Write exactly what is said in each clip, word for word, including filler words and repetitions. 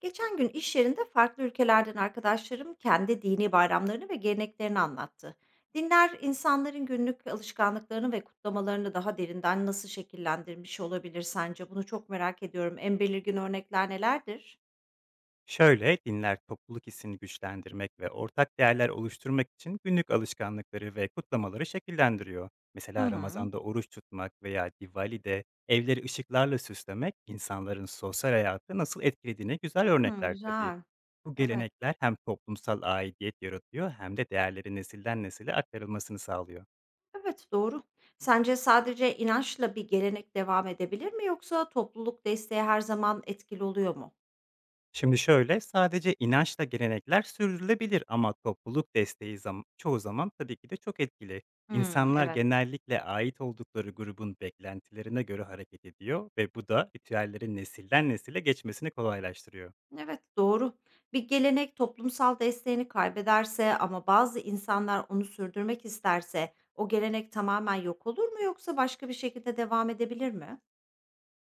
Geçen gün iş yerinde farklı ülkelerden arkadaşlarım kendi dini bayramlarını ve geleneklerini anlattı. Dinler insanların günlük alışkanlıklarını ve kutlamalarını daha derinden nasıl şekillendirmiş olabilir sence? Bunu çok merak ediyorum. En belirgin örnekler nelerdir? Şöyle, dinler topluluk hissini güçlendirmek ve ortak değerler oluşturmak için günlük alışkanlıkları ve kutlamaları şekillendiriyor. Hı Mesela hı. Ramazan'da oruç tutmak veya Diwali'de evleri ışıklarla süslemek insanların sosyal hayatı nasıl etkilediğine güzel Hmm, örnekler tabii. güzel. Bu Evet. gelenekler hem toplumsal aidiyet yaratıyor hem de değerlerin nesilden nesile aktarılmasını sağlıyor. Evet, doğru. Sence sadece inançla bir gelenek devam edebilir mi yoksa topluluk desteği her zaman etkili oluyor mu? Şimdi şöyle, sadece inançla gelenekler sürdürülebilir ama topluluk desteği zam çoğu zaman tabii ki de çok etkili. Hmm, İnsanlar evet. genellikle ait oldukları grubun beklentilerine göre hareket ediyor ve bu da ritüellerin nesilden nesile geçmesini kolaylaştırıyor. Evet, doğru. Bir gelenek toplumsal desteğini kaybederse ama bazı insanlar onu sürdürmek isterse o gelenek tamamen yok olur mu yoksa başka bir şekilde devam edebilir mi?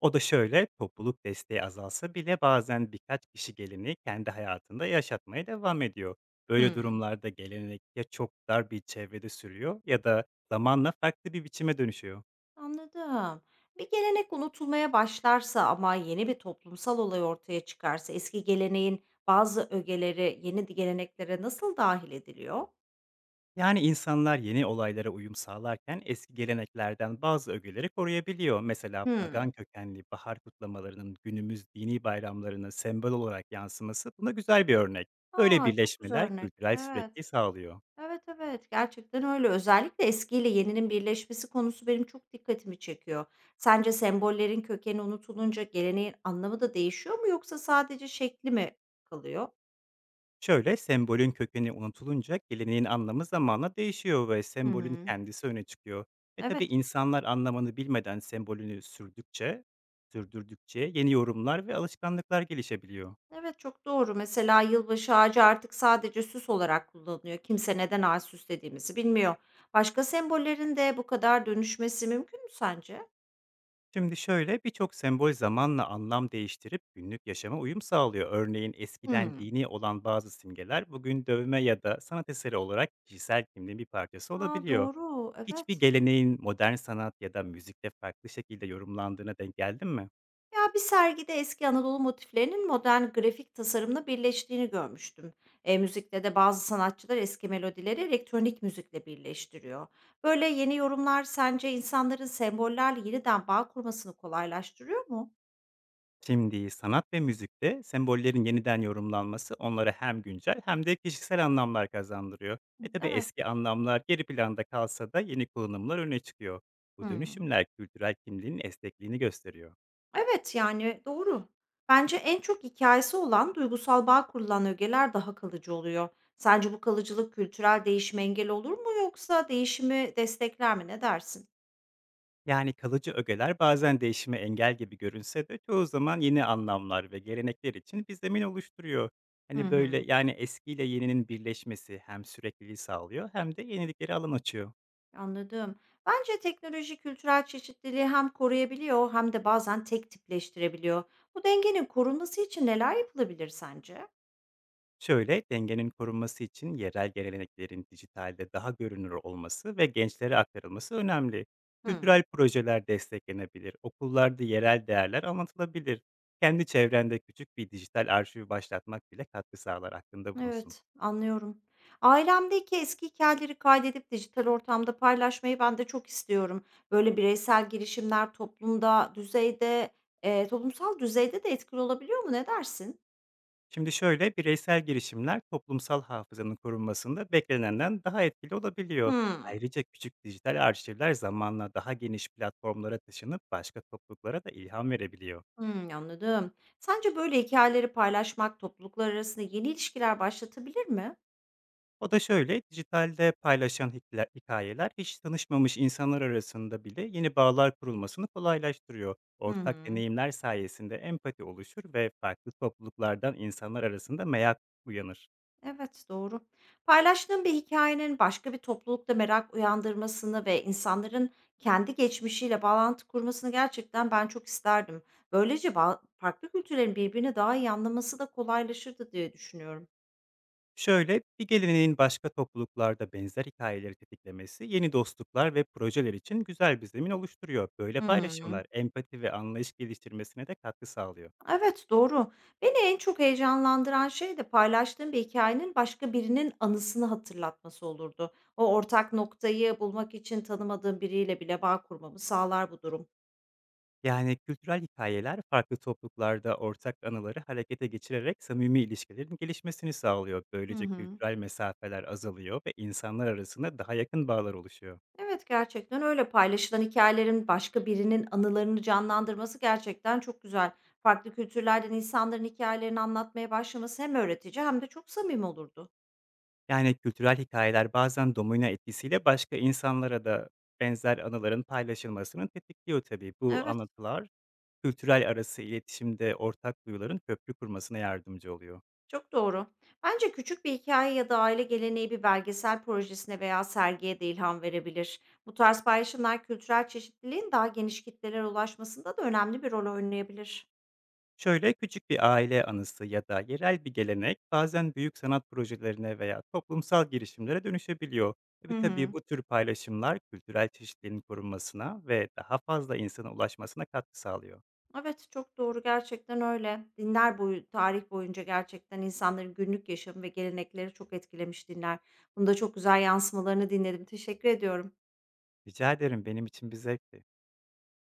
O da şöyle, topluluk desteği azalsa bile bazen birkaç kişi geleneği kendi hayatında yaşatmaya devam ediyor. Böyle Hmm. durumlarda gelenek ya çok dar bir çevrede sürüyor ya da zamanla farklı bir biçime dönüşüyor. Anladım. Bir gelenek unutulmaya başlarsa ama yeni bir toplumsal olay ortaya çıkarsa eski geleneğin bazı ögeleri yeni geleneklere nasıl dahil ediliyor? Yani insanlar yeni olaylara uyum sağlarken eski geleneklerden bazı ögeleri koruyabiliyor. Mesela Hmm. pagan kökenli bahar kutlamalarının günümüz dini bayramlarına sembol olarak yansıması buna güzel bir örnek. Böyle Aa, çok güzel birleşmeler örnek. kültürel Evet. sürekliliği sağlıyor. Evet, evet, gerçekten öyle. Özellikle eskiyle yeninin birleşmesi konusu benim çok dikkatimi çekiyor. Sence sembollerin kökeni unutulunca geleneğin anlamı da değişiyor mu yoksa sadece şekli mi kalıyor? Şöyle, sembolün kökeni unutulunca geleneğin anlamı zamanla değişiyor ve Hı sembolün hı. kendisi öne çıkıyor. E tabi, Evet, insanlar anlamını bilmeden sembolünü sürdükçe, sürdürdükçe yeni yorumlar ve alışkanlıklar gelişebiliyor. evet, çok doğru. Mesela yılbaşı ağacı artık sadece süs olarak kullanılıyor. Kimse neden ağaç süslediğimizi bilmiyor. Başka sembollerin de bu kadar dönüşmesi mümkün mü sence? Şimdi şöyle, birçok sembol zamanla anlam değiştirip günlük yaşama uyum sağlıyor. Örneğin eskiden Hmm. dini olan bazı simgeler bugün dövme ya da sanat eseri olarak kişisel kimliğin bir parçası Aa, olabiliyor. doğru, Hiçbir evet. geleneğin modern sanat ya da müzikte farklı şekilde yorumlandığına denk geldin mi? Ya bir sergide eski Anadolu motiflerinin modern grafik tasarımla birleştiğini görmüştüm. E, müzikte de bazı sanatçılar eski melodileri elektronik müzikle birleştiriyor. Böyle yeni yorumlar sence insanların sembollerle yeniden bağ kurmasını kolaylaştırıyor mu? Şimdi, sanat ve müzikte sembollerin yeniden yorumlanması onlara hem güncel hem de kişisel anlamlar kazandırıyor. E tabi, Evet. eski anlamlar geri planda kalsa da yeni kullanımlar öne çıkıyor. Bu Hmm. dönüşümler kültürel kimliğin esnekliğini gösteriyor. Evet, yani doğru. Bence en çok hikayesi olan, duygusal bağ kurulan ögeler daha kalıcı oluyor. Sence bu kalıcılık kültürel değişime engel olur mu yoksa değişimi destekler mi? Ne dersin? Yani kalıcı ögeler bazen değişime engel gibi görünse de çoğu zaman yeni anlamlar ve gelenekler için bir zemin oluşturuyor. Hı Hani böyle, hı. yani eskiyle yeninin birleşmesi hem sürekliliği sağlıyor hem de yeniliklere alan açıyor. Anladım. Bence teknoloji kültürel çeşitliliği hem koruyabiliyor hem de bazen tek tipleştirebiliyor. Bu dengenin korunması için neler yapılabilir sence? Şöyle, dengenin korunması için yerel geleneklerin dijitalde daha görünür olması ve gençlere aktarılması önemli. Hmm, Kültürel projeler desteklenebilir, okullarda yerel değerler anlatılabilir. Kendi çevrende küçük bir dijital arşiv başlatmak bile katkı sağlar, aklında bulunsun. evet, anlıyorum. Ailemdeki eski hikayeleri kaydedip dijital ortamda paylaşmayı ben de çok istiyorum. Böyle bireysel girişimler toplumda, düzeyde, e, toplumsal düzeyde de etkili olabiliyor mu? Ne dersin? Şimdi şöyle, bireysel girişimler toplumsal hafızanın korunmasında beklenenden daha etkili olabiliyor. Hmm, Ayrıca küçük dijital arşivler zamanla daha geniş platformlara taşınıp başka topluluklara da ilham verebiliyor. hmm, anladım. Sence böyle hikayeleri paylaşmak topluluklar arasında yeni ilişkiler başlatabilir mi? O da şöyle, dijitalde paylaşan hikla- hikayeler hiç tanışmamış insanlar arasında bile yeni bağlar kurulmasını kolaylaştırıyor. Hı Ortak hı. deneyimler sayesinde empati oluşur ve farklı topluluklardan insanlar arasında merak uyanır. Evet, doğru. Paylaştığın bir hikayenin başka bir toplulukta merak uyandırmasını ve insanların kendi geçmişiyle bağlantı kurmasını gerçekten ben çok isterdim. Böylece ba farklı kültürlerin birbirini daha iyi anlaması da kolaylaşırdı diye düşünüyorum. Şöyle, bir geleneğin başka topluluklarda benzer hikayeleri tetiklemesi yeni dostluklar ve projeler için güzel bir zemin oluşturuyor. Böyle Hı hı. paylaşımlar empati ve anlayış geliştirmesine de katkı sağlıyor. Evet, doğru. Beni en çok heyecanlandıran şey de paylaştığım bir hikâyenin başka birinin anısını hatırlatması olurdu. O ortak noktayı bulmak için tanımadığım biriyle bile bağ kurmamı sağlar bu durum. Yani kültürel hikayeler farklı topluluklarda ortak anıları harekete geçirerek samimi ilişkilerin gelişmesini sağlıyor. Hı Böylece hı. kültürel mesafeler azalıyor ve insanlar arasında daha yakın bağlar oluşuyor. Evet, gerçekten öyle. Paylaşılan hikayelerin başka birinin anılarını canlandırması gerçekten çok güzel. Farklı kültürlerden insanların hikayelerini anlatmaya başlaması hem öğretici hem de çok samimi olurdu. Yani kültürel hikayeler bazen domino etkisiyle başka insanlara da benzer anıların paylaşılmasını tetikliyor tabii. Bu Evet, anlatılar kültürel arası iletişimde ortak duyuların köprü kurmasına yardımcı oluyor. çok doğru. Bence küçük bir hikaye ya da aile geleneği bir belgesel projesine veya sergiye de ilham verebilir. Bu tarz paylaşımlar kültürel çeşitliliğin daha geniş kitlelere ulaşmasında da önemli bir rol oynayabilir. Şöyle, küçük bir aile anısı ya da yerel bir gelenek bazen büyük sanat projelerine veya toplumsal girişimlere dönüşebiliyor. Hı Tabii tabii, hı. bu tür paylaşımlar kültürel çeşitliliğin korunmasına ve daha fazla insana ulaşmasına katkı sağlıyor. Evet, çok doğru, gerçekten öyle. Dinler boyu tarih boyunca gerçekten insanların günlük yaşamı ve gelenekleri çok etkilemiş dinler. Bunda çok güzel yansımalarını dinledim. Teşekkür ediyorum. Rica ederim, benim için bir zevkti.